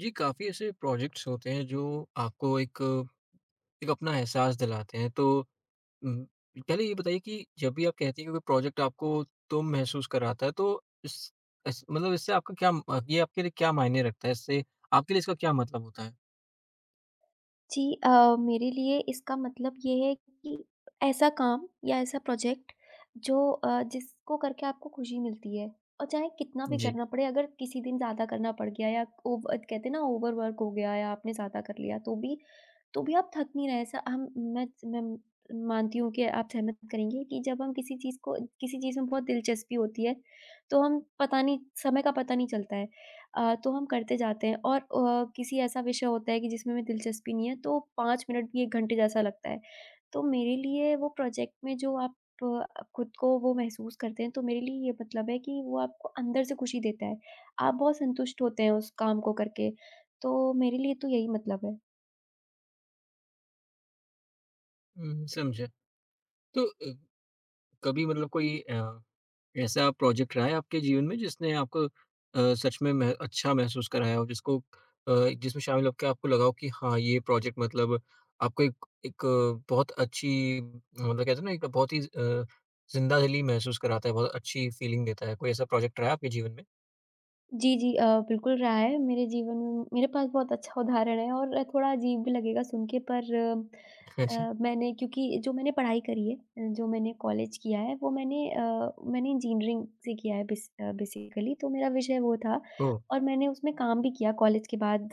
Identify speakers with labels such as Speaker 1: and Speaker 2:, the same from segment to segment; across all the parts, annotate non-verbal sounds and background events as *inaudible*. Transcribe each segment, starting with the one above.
Speaker 1: जी, काफ़ी ऐसे प्रोजेक्ट्स होते हैं जो आपको एक एक अपना एहसास दिलाते हैं। तो उम, पहले ये बताइए कि जब भी आप कहती हैं कि कोई प्रोजेक्ट आपको तुम महसूस कराता है तो इस इस मतलब इससे आपका क्या म ये आपके लिए क्या मायने रखता है? इससे आपके लिए इसका क्या मतलब होता है?
Speaker 2: जी मेरे लिए इसका मतलब ये है कि ऐसा काम या ऐसा प्रोजेक्ट जो जिसको करके आपको खुशी मिलती है और चाहे कितना भी
Speaker 1: जी।
Speaker 2: करना पड़े अगर किसी दिन ज़्यादा करना पड़ गया या ओवर कहते हैं ना ओवर वर्क हो गया या आपने ज़्यादा कर लिया तो भी आप थक नहीं रहे ऐसा हम मैं मानती हूँ कि आप सहमत करेंगे कि जब हम किसी चीज़ में बहुत दिलचस्पी होती है तो हम पता नहीं समय का पता नहीं चलता है। तो हम करते जाते हैं और किसी ऐसा विषय होता है कि जिसमें हमें दिलचस्पी नहीं है तो 5 मिनट भी 1 घंटे जैसा लगता है। तो मेरे लिए वो प्रोजेक्ट में जो आप खुद को वो महसूस करते हैं तो मेरे लिए ये मतलब है कि वो आपको अंदर से खुशी देता है। आप बहुत संतुष्ट होते हैं उस काम को करके। तो मेरे लिए तो यही मतलब है।
Speaker 1: हुँ, समझा। तो कभी मतलब कोई ऐसा प्रोजेक्ट रहा है आपके जीवन में जिसने आपको सच में मह अच्छा महसूस कराया हो जिसको जिसमें शामिल होके आपको लगा हो कि हाँ, ये प्रोजेक्ट मतलब आपको एक एक बहुत अच्छी मतलब कहते हैं ना एक बहुत ही ज़िंदा दिली महसूस कराता है, बहुत अच्छी फ़ीलिंग देता है। कोई ऐसा प्रोजेक्ट रहा है आपके जीवन में?
Speaker 2: जी, जी। बिल्कुल रहा है मेरे जीवन में। मेरे पास बहुत अच्छा उदाहरण है और थोड़ा अजीब भी लगेगा सुन के, पर
Speaker 1: *laughs* अच्छा।
Speaker 2: मैंने क्योंकि जो मैंने पढ़ाई करी है, जो मैंने कॉलेज किया है वो मैंने मैंने इंजीनियरिंग से किया है। बेसिकली तो मेरा विषय वो था
Speaker 1: ओह!
Speaker 2: और मैंने उसमें काम भी किया कॉलेज के बाद।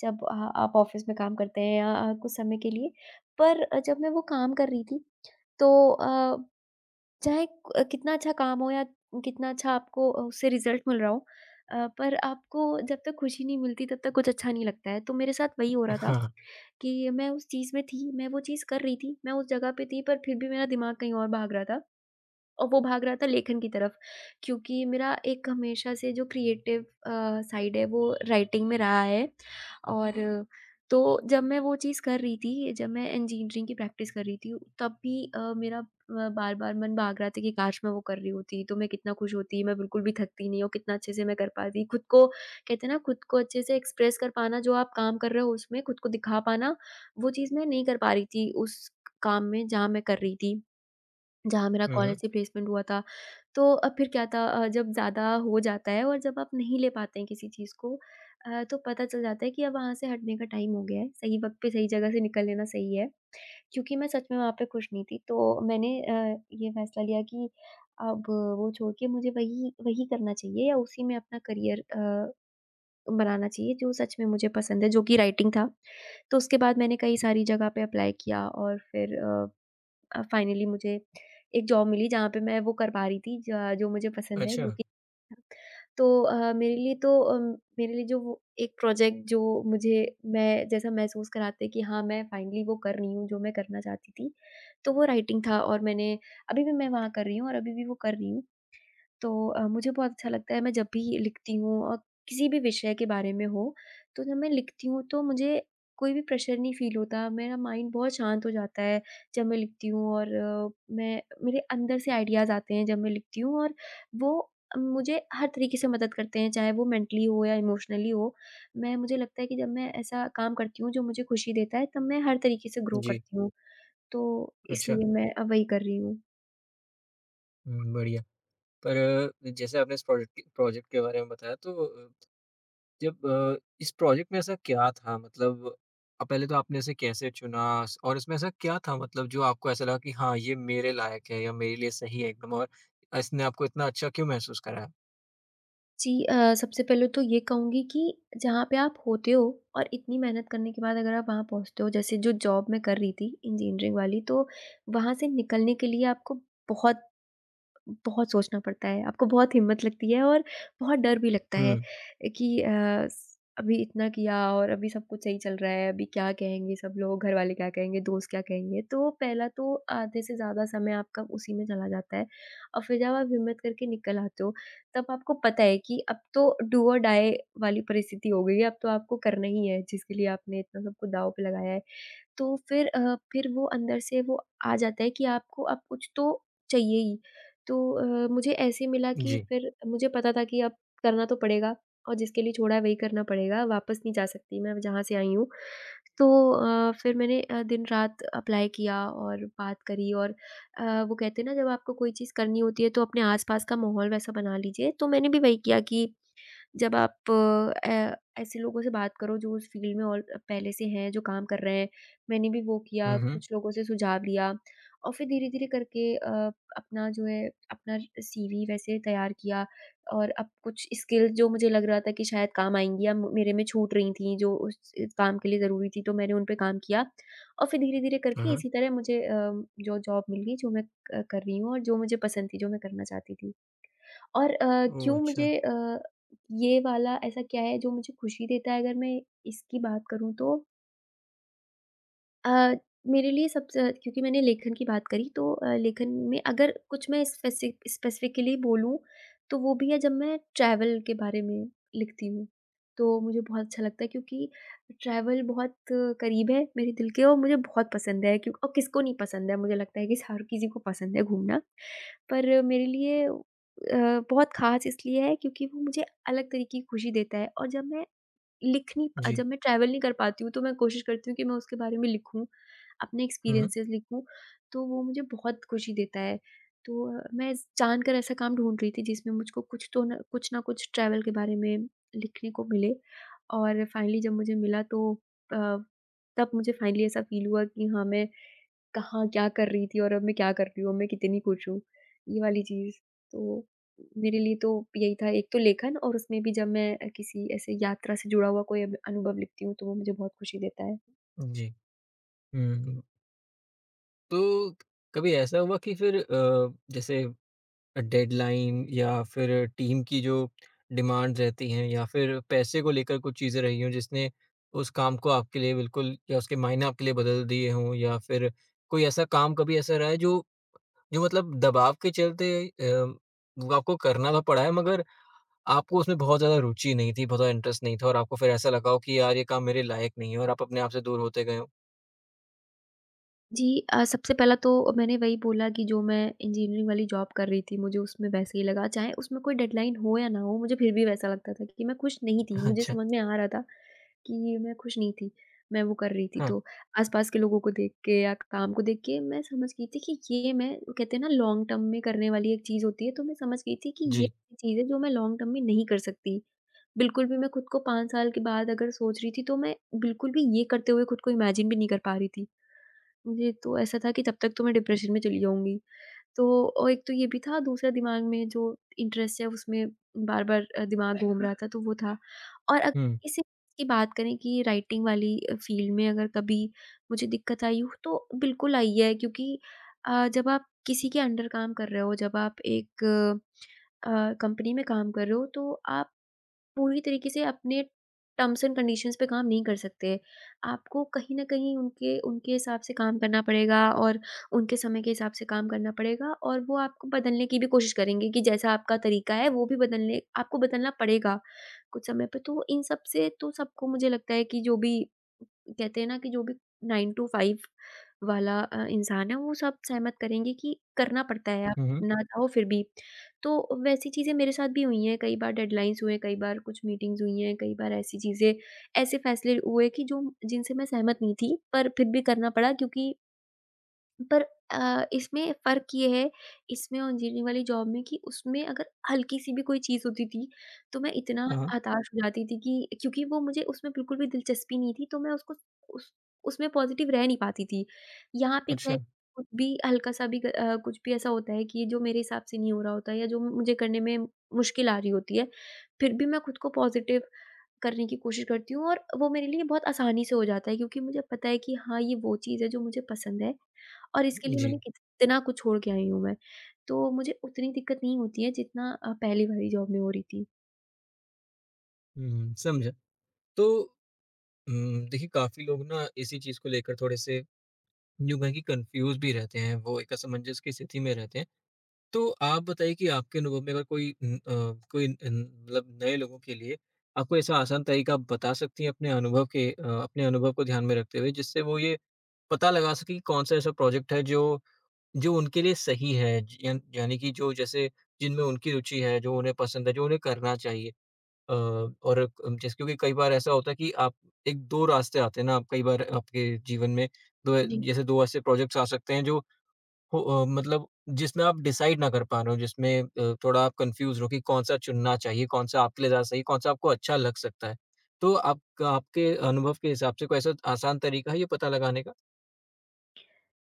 Speaker 2: जब आप ऑफ़िस में काम करते हैं या कुछ समय के लिए। पर जब मैं वो काम कर रही थी तो अ चाहे क कितना अच्छा काम हो या कितना अच्छा आपको उससे रिज़ल्ट मिल रहा हो, पर आपको जब तक खुशी नहीं मिलती तब तक कुछ अच्छा नहीं लगता है। तो मेरे साथ वही हो रहा था
Speaker 1: हाँ।
Speaker 2: कि मैं उस चीज़ में थी, मैं वो चीज़ कर रही थी, मैं उस जगह पे थी, पर फिर भी मेरा दिमाग कहीं और भाग रहा था। और वो भाग रहा था लेखन की तरफ क्योंकि मेरा एक हमेशा से जो क्रिएटिव साइड है वो राइटिंग में रहा है। और तो जब मैं वो चीज़ कर रही थी, जब मैं इंजीनियरिंग की प्रैक्टिस कर रही थी तब भी बार-बार मन भाग रहा था कि काश मैं वो कर रही होती तो मैं कितना खुश होती, मैं बिल्कुल भी थकती नहीं और कितना अच्छे से मैं कर पाती। खुद को कहते हैं ना खुद को अच्छे से एक्सप्रेस कर पाना, जो आप काम कर रहे हो उसमें खुद को दिखा पाना, वो चीज़ मैं नहीं कर पा रही थी उस काम में जहाँ मैं कर रही थी। जहाँ मेरा
Speaker 1: हुँ,
Speaker 2: कॉलेज
Speaker 1: हुँ।
Speaker 2: से प्लेसमेंट हुआ था। तो फिर क्या था, जब ज़्यादा हो जाता है और जब आप नहीं ले पाते हैं किसी चीज़ को, तो पता चल जाता है कि अब वहाँ से हटने का टाइम हो गया है। सही वक़्त पे सही जगह से निकल लेना सही है, क्योंकि मैं सच में वहाँ पे खुश नहीं थी। तो मैंने ये फ़ैसला लिया कि अब वो छोड़ के मुझे वही वही करना चाहिए या उसी में अपना करियर बनाना चाहिए जो सच में मुझे पसंद है, जो कि राइटिंग था। तो उसके बाद मैंने कई सारी जगह पे अप्लाई किया और फिर फाइनली मुझे एक जॉब मिली जहाँ पे मैं वो कर पा रही थी ज जो मुझे पसंद है,
Speaker 1: अच्छा।
Speaker 2: जो कि तो मेरे लिए तो मेरे लिए जो वो एक प्रोजेक्ट जो मुझे मैं जैसा महसूस कराते कि हाँ, मैं फाइनली वो कर रही हूँ जो मैं करना चाहती थी, तो वो राइटिंग था। और मैंने अभी भी मैं वहाँ कर रही हूँ और अभी भी वो कर रही हूँ। तो मुझे बहुत अच्छा लगता है मैं जब भी लिखती हूँ, और किसी भी विषय के बारे में हो, तो जब मैं लिखती हूँ तो मुझे कोई भी प्रेशर नहीं फ़ील होता, मेरा माइंड बहुत शांत हो जाता है जब मैं लिखती हूँ। और अ, मैं मेरे अंदर से आइडियाज़ आते हैं जब मैं लिखती हूँ, और वो मुझे हर तरीके से मदद करते हैं, चाहे वो मेंटली हो या इमोशनली हो। मैं मुझे लगता है कि जब मैं ऐसा काम करती हूँ जो मुझे खुशी देता है, तब मैं हर तरीके से ग्रो
Speaker 1: जी।
Speaker 2: करती हूँ। तो
Speaker 1: अच्छा।
Speaker 2: इसलिए मैं अब वही कर रही हूँ।
Speaker 1: हुँ, बढ़िया। पर जैसे आपने इस प्रोजेक्ट के बारे में बताया तो जब इस प्रोजेक्ट में ऐसा क्या था मतलब पहले तो आपने इसे कैसे चुना और इसमें ऐसा क्या था मतलब जो आपको ऐसा लगा कि हाँ ये मेरे लायक है या मेरे लिए सही है एकदम और इसने आपको इतना अच्छा क्यों महसूस कराया?
Speaker 2: जी सबसे पहले तो ये कहूँगी कि जहाँ पे आप होते हो और इतनी मेहनत करने के बाद अगर आप वहाँ पहुँचते हो, जैसे जो जॉब मैं कर रही थी इंजीनियरिंग वाली, तो वहाँ से निकलने के लिए आपको बहुत बहुत सोचना पड़ता है, आपको बहुत हिम्मत लगती है और बहुत डर भी लगता है
Speaker 1: हम्म।
Speaker 2: कि अ, स अभी इतना किया और अभी सब कुछ सही चल रहा है, अभी क्या कहेंगे सब लोग, घर वाले क्या कहेंगे, दोस्त क्या कहेंगे? तो पहला तो आधे से ज़्यादा समय आपका उसी में चला जाता है, और फिर जब आप हिम्मत करके निकल आते हो, तब आपको पता है कि अब तो डू और डाई वाली परिस्थिति हो गई है, अब तो आपको करना ही है, जिसके लिए आपने इतना सब कुछ दाँव पे लगाया है। तो फिर फिर वो अंदर से वो आ जाता है कि आपको अब कुछ तो चाहिए ही। तो मुझे ऐसे मिला कि
Speaker 1: जी।
Speaker 2: फिर मुझे पता था कि अब करना तो पड़ेगा और जिसके लिए छोड़ा है वही करना पड़ेगा, वापस नहीं जा सकती मैं जहाँ से आई हूँ। तो फिर मैंने दिन-रात अप्लाई किया और बात करी। और वो कहते हैं ना जब आपको कोई चीज़ करनी होती है तो अपने आस-पास का माहौल वैसा बना लीजिए, तो मैंने भी वही किया कि जब आप अ, ऐसे लोगों से बात करो जो उस फ़ील्ड में ऑल पहले से हैं, जो काम कर रहे हैं। मैंने भी वो किया,
Speaker 1: हम्म। हम्म।
Speaker 2: कुछ लोगों से सुझाव लिया और फिर धीरे-धीरे करके अपना जो है अपना सीवी वैसे तैयार किया। और अब कुछ स्किल जो मुझे लग रहा था कि शायद काम आएँगी या मेरे में छूट रही थी जो उस इस काम के लिए ज़रूरी थी, तो मैंने उन पे काम किया। और फिर धीरे-धीरे करके
Speaker 1: हाँ।
Speaker 2: इसी तरह मुझे जो जॉब मिल गई, जो मैं क कर रही हूँ और जो मुझे पसंद थी, जो मैं करना चाहती थी। और
Speaker 1: ओह,
Speaker 2: क्यों
Speaker 1: अच्छा।
Speaker 2: मुझे ये वाला ऐसा क्या है जो मुझे खुशी देता है, अगर मैं इसकी बात करूँ तो अ, मेरे लिए सबसे क्योंकि मैंने लेखन की बात करी तो लेखन में अगर कुछ मैं स्पेसिफ़िकली बोलूँ, तो वो भी है जब मैं ट्रैवल के बारे में लिखती हूँ। तो मुझे बहुत अच्छा लगता है क्योंकि ट्रैवल बहुत करीब है मेरे दिल के और मुझे बहुत पसंद है क्यों और किसको नहीं पसंद है, मुझे लगता है कि हर किसी को पसंद है घूमना। पर मेरे लिए बहुत ख़ास इसलिए है क्योंकि वो मुझे अलग तरीके की खुशी देता है। और जब मैं लिख नहीं पा
Speaker 1: जी।
Speaker 2: जब मैं ट्रैवल नहीं कर पाती हूँ तो मैं कोशिश करती हूँ कि मैं उसके बारे में लिखूँ, अपने
Speaker 1: हम्म।
Speaker 2: एक्सपीरियंसेस लिखूँ, तो वो मुझे बहुत खुशी देता है। तो मैं जानकर ऐसा काम ढूँढ रही थी जिसमें मुझको कुछ तो न कुछ ना कुछ ट्रैवल के बारे में लिखने को मिले। और फाइनली जब मुझे मिला तो अ, तब मुझे फाइनली ऐसा फ़ील हुआ कि हाँ, मैं कहाँ क्या कर रही थी और अब मैं क्या कर रही हूँ, मैं कितनी खुश हूँ, ये वाली चीज़। तो मेरे लिए तो यही था एक तो लेखन, और उसमें भी जब मैं किसी ऐसे यात्रा से जुड़ा हुआ कोई अनुभव लिखती हूँ तो वो मुझे बहुत खुशी देता है।
Speaker 1: जी। हम्म। तो कभी ऐसा हुआ कि फिर जैसे डेडलाइन या फिर टीम की जो डिमांड्स रहती हैं या फिर पैसे को लेकर कुछ चीज़ें रही हों जिसने उस काम को आपके लिए बिल्कुल या उसके मायने आपके लिए बदल दिए हों या फिर कोई ऐसा काम कभी ऐसा रहा है जो जो मतलब दबाव के चलते वो आपको करना तो पड़ा है मगर आपको उसमें बहुत ज़्यादा रुचि नहीं थी, बहुत ज़्यादा इंटरेस्ट नहीं था और आपको फिर ऐसा लगा हो कि यार ये काम मेरे लायक नहीं है और आप अपने आप से दूर होते गए हो?
Speaker 2: जी सबसे पहला तो मैंने वही बोला कि जो मैं इंजीनियरिंग वाली जॉब कर रही थी, मुझे उसमें वैसे ही लगा, चाहे उसमें कोई डेडलाइन हो या ना हो, मुझे फिर भी वैसा लगता था कि मैं खुश नहीं थी।
Speaker 1: *laughs*
Speaker 2: मुझे
Speaker 1: अच्छा,
Speaker 2: समझ में आ रहा था कि मैं खुश नहीं थी, मैं वो कर रही थी।
Speaker 1: हाँ,
Speaker 2: तो आस-पास के लोगों को देख के या काम को देख के मैं समझ गई थी कि ये मैं वो कहते हैं ना लॉन्ग टर्म में करने वाली एक चीज़ होती है, तो मैं समझ गई थी कि ये
Speaker 1: जी।
Speaker 2: चीज़ है जो मैं लॉन्ग टर्म में नहीं कर सकती। बिल्कुल भी मैं खुद को 5 साल के बाद अगर सोच रही थी, तो मैं बिल्कुल भी ये करते हुए खुद को इमेजिन भी नहीं कर पा रही थी। जी, तो ऐसा था कि तब तक तो मैं डिप्रेशन में चली जाऊँगी। तो और एक तो ये भी था, दूसरा दिमाग में जो इंटरेस्ट है उसमें बार-बार दिमाग घूम रहा था तो वो था। और अग
Speaker 1: हुँ,
Speaker 2: इसी की बात करें कि राइटिंग वाली फ़ील्ड में अगर कभी मुझे दिक्कत आई हो तो बिल्कुल आई है क्योंकि जब आप किसी के अंडर काम कर रहे हो, जब आप एक कंपनी में काम कर रहे हो तो आप पूरी तरीके से अपने टर्म्स एंड कंडीशंस पे काम नहीं कर सकते। आपको कहीं न कहीं उनके उनके हिसाब से काम करना पड़ेगा, और उनके समय के हिसाब से काम करना पड़ेगा, और वो आपको बदलने की भी कोशिश करेंगे कि जैसा आपका तरीका है वो भी बदलने आपको बदलना पड़ेगा कुछ समय पे। तो इन सब से तो सबको मुझे लगता है कि जो भी कहते हैं ना, कि जो भी 9 टू 5 वाला इंसान है, वो सब सहमत करेंगे कि करना पड़ता है, आप
Speaker 1: हुँ, हुँ।
Speaker 2: ना चाहो फिर भी। तो वैसी चीज़ें मेरे साथ भी हुई हैं। कई बार डेडलाइन्स हुए हैं, कई बार कुछ मीटिंग्स हुई हैं, कई बार ऐसी चीज़ें, ऐसे फैसले हुए कि जो जिनसे मैं सहमत नहीं थी, पर फिर भी करना पड़ा, क्योंकि पर इसमें फ़र्क ये है, इसमें और इंजीनियरिंग वाली जॉब में, कि उसमें अगर हल्की-सी भी कोई चीज़ होती थी, तो मैं इतना
Speaker 1: हाँ, हाँ।
Speaker 2: हताश हो जाती थी, कि क्योंकि वो, मुझे उसमें बिल्कुल भी दिलचस्पी नहीं थी, तो मैं उसको उस उसमें पॉज़िटिव रह नहीं पाती थी। यहाँ पे क्या है
Speaker 1: अच्छा,
Speaker 2: कि कुछ भी हल्का-सा भी कुछ भी ऐसा होता है कि जो मेरे हिसाब से नहीं हो रहा होता है या जो मुझे करने में मुश्किल आ रही होती है, फिर भी मैं खुद को पॉज़िटिव करने की कोशिश करती हूँ, और वो मेरे लिए बहुत आसानी से हो जाता है, क्योंकि मुझे पता है कि हाँ, ये वो चीज़ है जो मुझे पसंद है, और इसके लिए मैंने
Speaker 1: जी।
Speaker 2: कितना कुछ छोड़ के आई हूँ मैं। तो मुझे उतनी दिक्कत नहीं होती है जितना पहली वाली जॉब में हो रही थी।
Speaker 1: हुँ, समझा। तो देखिए काफ़ी लोग ना इसी चीज़ को लेकर थोड़े-से यूँ कहें कि कन्फ्यूज़ भी रहते हैं, वो एक असमंजस की स्थिति में रहते हैं। तो आप बताइए कि आपके अनुभव में अगर कोई उम, अ, कोई न मतलब नए लोगों के लिए आपको ऐसा आसान तरीका आप बता सकती हैं अपने अनुभव के अपने अनुभव को ध्यान में रखते हुए, जिससे वो ये पता लगा सकें कि कौन-सा ऐसा प्रोजेक्ट है जो जो उनके लिए सही है? ज यान यानी कि जो जैसे जिनमें उनकी रुचि है, जो उन्हें पसंद है, जो उन्हें करना चाहिए। और क जैसे क्योंकि कई बार ऐसा होता है कि आप एक 2 रास्ते आते हैं ना, आप कई बार आपके जीवन में 2
Speaker 2: जी।
Speaker 1: जैसे 2 ऐसे प्रोजेक्ट्स आ सकते हैं जो हो मतलब जिसमें आप डिसाइड ना कर पा रहे हो, जिसमें थोड़ा आप कन्फ्यूज़ हो कि कौन-सा चुनना चाहिए, कौन-सा आपके लिए ज़्यादा सही, कौन-सा आपको अच्छा लग सकता है। तो आपका आपके अनुभव के हिसाब से कोई ऐसा आसान तरीका है ये पता लगाने का?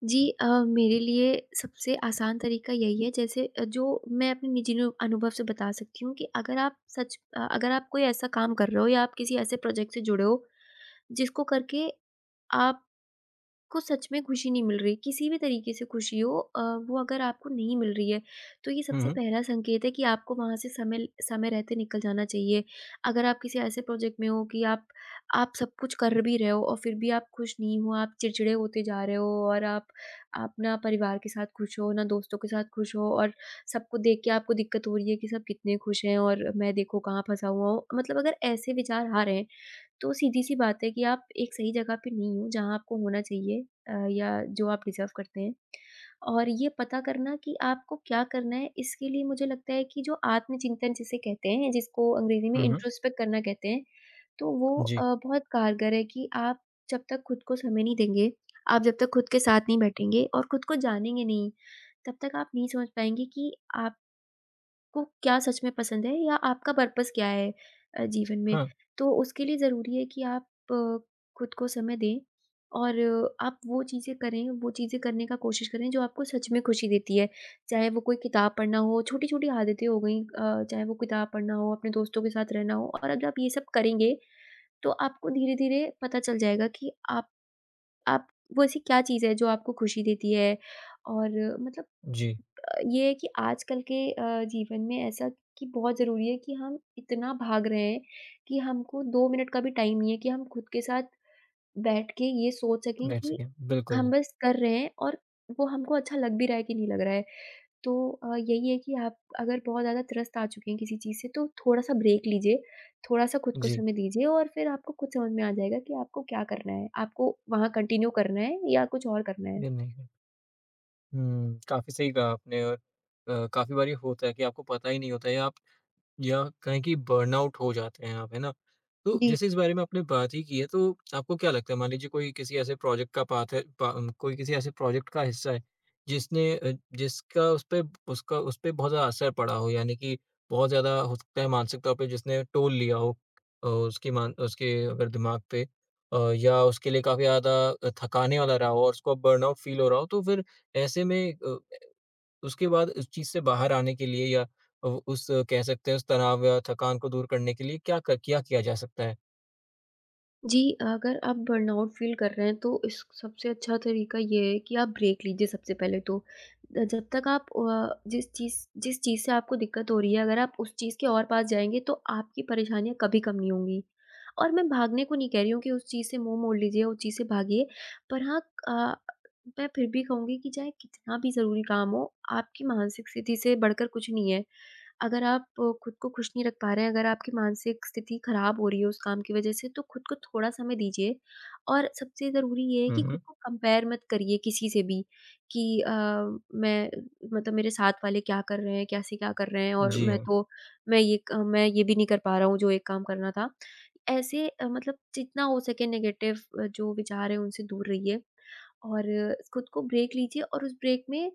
Speaker 2: जी, मेरे लिए सबसे आसान तरीका यही है, जैसे जो मैं अपने निजी नु अनुभव से बता सकती हूँ, कि अगर आप कोई ऐसा काम कर रहे हो या आप किसी ऐसे प्रोजेक्ट से जुड़े हो, जिसको करके आप को सच में खुशी नहीं मिल रही, किसी भी तरीके से खुशी वो अगर आपको नहीं मिल रही है, तो ये
Speaker 1: हुँ,
Speaker 2: सबसे
Speaker 1: हुँ।
Speaker 2: पहला संकेत है कि आपको वहाँ से समय रहते निकल जाना चाहिए। अगर आप किसी ऐसे प्रोजेक्ट में हो कि आप सब कुछ कर भी रहे हो और फिर भी आप खुश नहीं हो, आप चिड़चिड़े होते जा रहे हो, और आप ना परिवार के साथ खुश हो, ना दोस्तों के साथ खुश हो, और सबको देख के आपको दिक्कत हो रही है कि सब कितने खुश हैं, और मैं, देखो, कहाँ फँसा हुआ हूँ। मतलब अगर ऐसे विचार आ रहे हैं, तो सीधी-सी बात है कि आप एक सही जगह पे नहीं हो, जहाँ आपको होना चाहिए या जो आप डिज़र्व करते हैं। और ये पता करना कि आपको क्या करना है, इसके लिए मुझे लगता है कि जो आत्मचिंतन जिसे कहते हैं, जिसको अंग्रेज़ी में
Speaker 1: हुँ, हुँ।
Speaker 2: इंट्रोस्पेक्ट करना कहते हैं, तो वो
Speaker 1: जी।
Speaker 2: बहुत कारगर है। कि आप जब तक खुद को समय नहीं देंगे, आप जब तक खुद के साथ नहीं बैठेंगे और खुद को जानेंगे नहीं, तब तक आप नहीं समझ पाएँगे कि आप को क्या सच में पसंद है, या आपका पर्पस क्या है जीवन में।
Speaker 1: हाँ,
Speaker 2: तो उसके लिए ज़रूरी है कि आप अ, खुद को समय दें, और आप वो चीज़ें करें, वो चीज़ें करने का कोशिश करें, जो आपको सच में खुशी देती है। चाहे वो कोई किताब पढ़ना हो, छोटी-छोटी आदतें हो गईं, चाहे वो किताब पढ़ना हो, अपने दोस्तों के साथ रहना हो। और अगर आप ये सब करेंगे, तो आपको धीरे-धीरे पता चल जाएगा कि आप वो, ऐसी क्या चीज़ है जो आपको खुशी देती है। और मतलब
Speaker 1: जी।
Speaker 2: ये है कि आजकल के जीवन में ऐसा, कि बहुत ज़रूरी है, कि हम इतना भाग रहे हैं कि हमको 2 मिनट का भी टाइम नहीं है कि हम खुद के साथ बैठ के ये सोच सकें
Speaker 1: बैठ
Speaker 2: कि
Speaker 1: सकें।
Speaker 2: हम
Speaker 1: बिल्कुल।
Speaker 2: बस कर रहे हैं, और वो हमको अच्छा लग भी रहा है कि नहीं लग रहा है। तो यही है कि आप अगर बहुत ज़्यादा त्रस्त आ चुके हैं किसी चीज़ से, तो थोड़ा-सा ब्रेक लीजिए, थोड़ा-सा खुद को
Speaker 1: जी।
Speaker 2: समय दीजिए, और फिर आपको खुद समझ में आ जाएगा कि आपको क्या करना है। आपको वहाँ कंटिन्यू करना है या कुछ और करना है।
Speaker 1: ये नहीं। हुँ, काफ़ी सही कहा आपने और काफ़ी बारी होता है कि आपको पता ही नहीं होता है या आप या कहें कि बर्नआउट हो जाते हैं आप, है ना? तो
Speaker 2: जी।
Speaker 1: जैसे इस बारे में आपने बात ही की है, तो आपको क्या लगता है मान लीजिए कोई किसी ऐसे प्रोजेक्ट का पाथ है पा अम, कोई किसी ऐसे प्रोजेक्ट का हिस्सा है, जिसने जिसका उस पे उसका उस पे बहुत ज़्यादा असर पड़ा हो यानी कि बहुत ज़्यादा हो सकता है मानसिक तौर पे जिसने टोल लिया हो उसकी मान उसके अगर दिमाग पे या उसके लिए काफ़ी ज़्यादा थकाने वाला रहा हो और उसको बर्नआउट फ़ील हो रहा हो, तो फिर ऐसे में उसके बाद इस चीज़ से बाहर आने के लिए या उस कह सकते हैं उस तनाव या थकान को दूर करने के लिए क्या किया जा सकता है?
Speaker 2: जी, अगर आप बर्नआउट फ़ील कर रहे हैं, तो इस सबसे अच्छा तरीका ये है कि आप ब्रेक लीजिए सबसे पहले तो। जब तक आप जिस चीज़ से आपको दिक्कत हो रही है, अगर आप उस चीज़ के और पास जाएँगे, तो आपकी परेशानियाँ कभी कम नहीं होंगी। और मैं भागने को नहीं कह रही हूँ कि उस चीज़ से मुँह मोड़ लीजिए, उस चीज़ से भागिए। पर हाँ, अ, मैं फिर भी कहूँगी कि चाहे कितना भी ज़रूरी काम हो, आपकी मानसिक स्थिति से बढ़कर कुछ नहीं है। अगर आप खुद को खुश नहीं रख पा रहे हैं, अगर आपकी मानसिक स्थिति खराब हो रही है उस काम की वजह से, तो खुद को थोड़ा समय दीजिए। और सबसे ज़रूरी ये है
Speaker 1: हुँ,
Speaker 2: कि खुद
Speaker 1: हुँ।
Speaker 2: को कंपेयर मत करिए किसी से भी, कि अ, मैं मतलब मेरे साथ वाले क्या कर रहे हैं, कैसे क्या कर रहे हैं, और
Speaker 1: जी
Speaker 2: मैं
Speaker 1: हाँ।
Speaker 2: तो मैं ये क मैं ये भी नहीं कर पा रहा हूँ जो एक काम करना था। ऐसे मतलब, जितना हो सके नेगेटिव जो विचार हैं उनसे दूर रहिए, और खुद को ब्रेक लीजिए, और उस ब्रेक में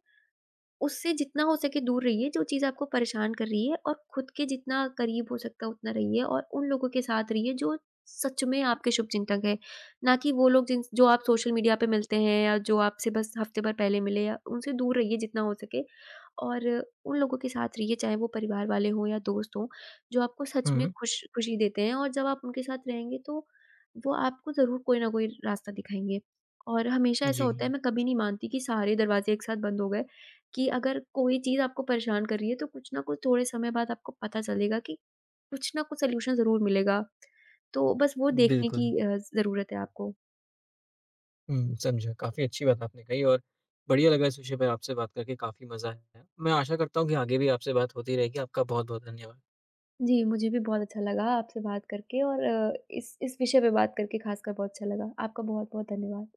Speaker 2: उससे जितना हो सके दूर रहिए, जो चीज़ आपको परेशान कर रही है, और खुद के जितना करीब हो सकता है उतना रहिए, और उन लोगों के साथ रहिए जो सच में आपके शुभचिंतक हैं। ना कि वो लोग जिन जो आप सोशल मीडिया पे मिलते हैं, या जो आपसे बस हफ्ते भर पहले मिले। या उनसे दूर रहिए जितना हो सके, और उन लोगों के साथ रहिए, चाहे वो परिवार वाले हों या दोस्त हों, जो आपको सच
Speaker 1: हुँ,
Speaker 2: में
Speaker 1: हुँ।
Speaker 2: खुशी देते हैं। और जब आप उनके साथ रहेंगे, तो वो आपको ज़रूर कोई ना कोई रास्ता दिखाएँगे। और हमेशा ऐसा
Speaker 1: जी।
Speaker 2: होता है, मैं कभी नहीं मानती कि सारे दरवाज़े एक साथ बंद हो गए। कि अगर कोई चीज़ आपको परेशान कर रही है, तो कुछ ना कुछ, थोड़े समय बाद आपको पता चलेगा कि कुछ ना कुछ सॉल्यूशन ज़रूर मिलेगा। तो बस वो देखने की
Speaker 1: बिल्कुल।
Speaker 2: ज़रूरत है आपको।
Speaker 1: हुँ, समझा। काफ़ी अच्छी बात आपने कही और बढ़िया लगा इस विषय पे आपसे बात करके काफ़ी मज़ा आया। मैं आशा करता हूँ कि आगे भी आपसे बात होती रहेगी। आपका बहुत-बहुत धन्यवाद।
Speaker 2: जी, मुझे भी बहुत अच्छा लगा आपसे बात करके, और इस विषय पे बात करके ख़ासकर बहुत अच्छा लगा। आपका बहुत-बहुत धन्यवाद।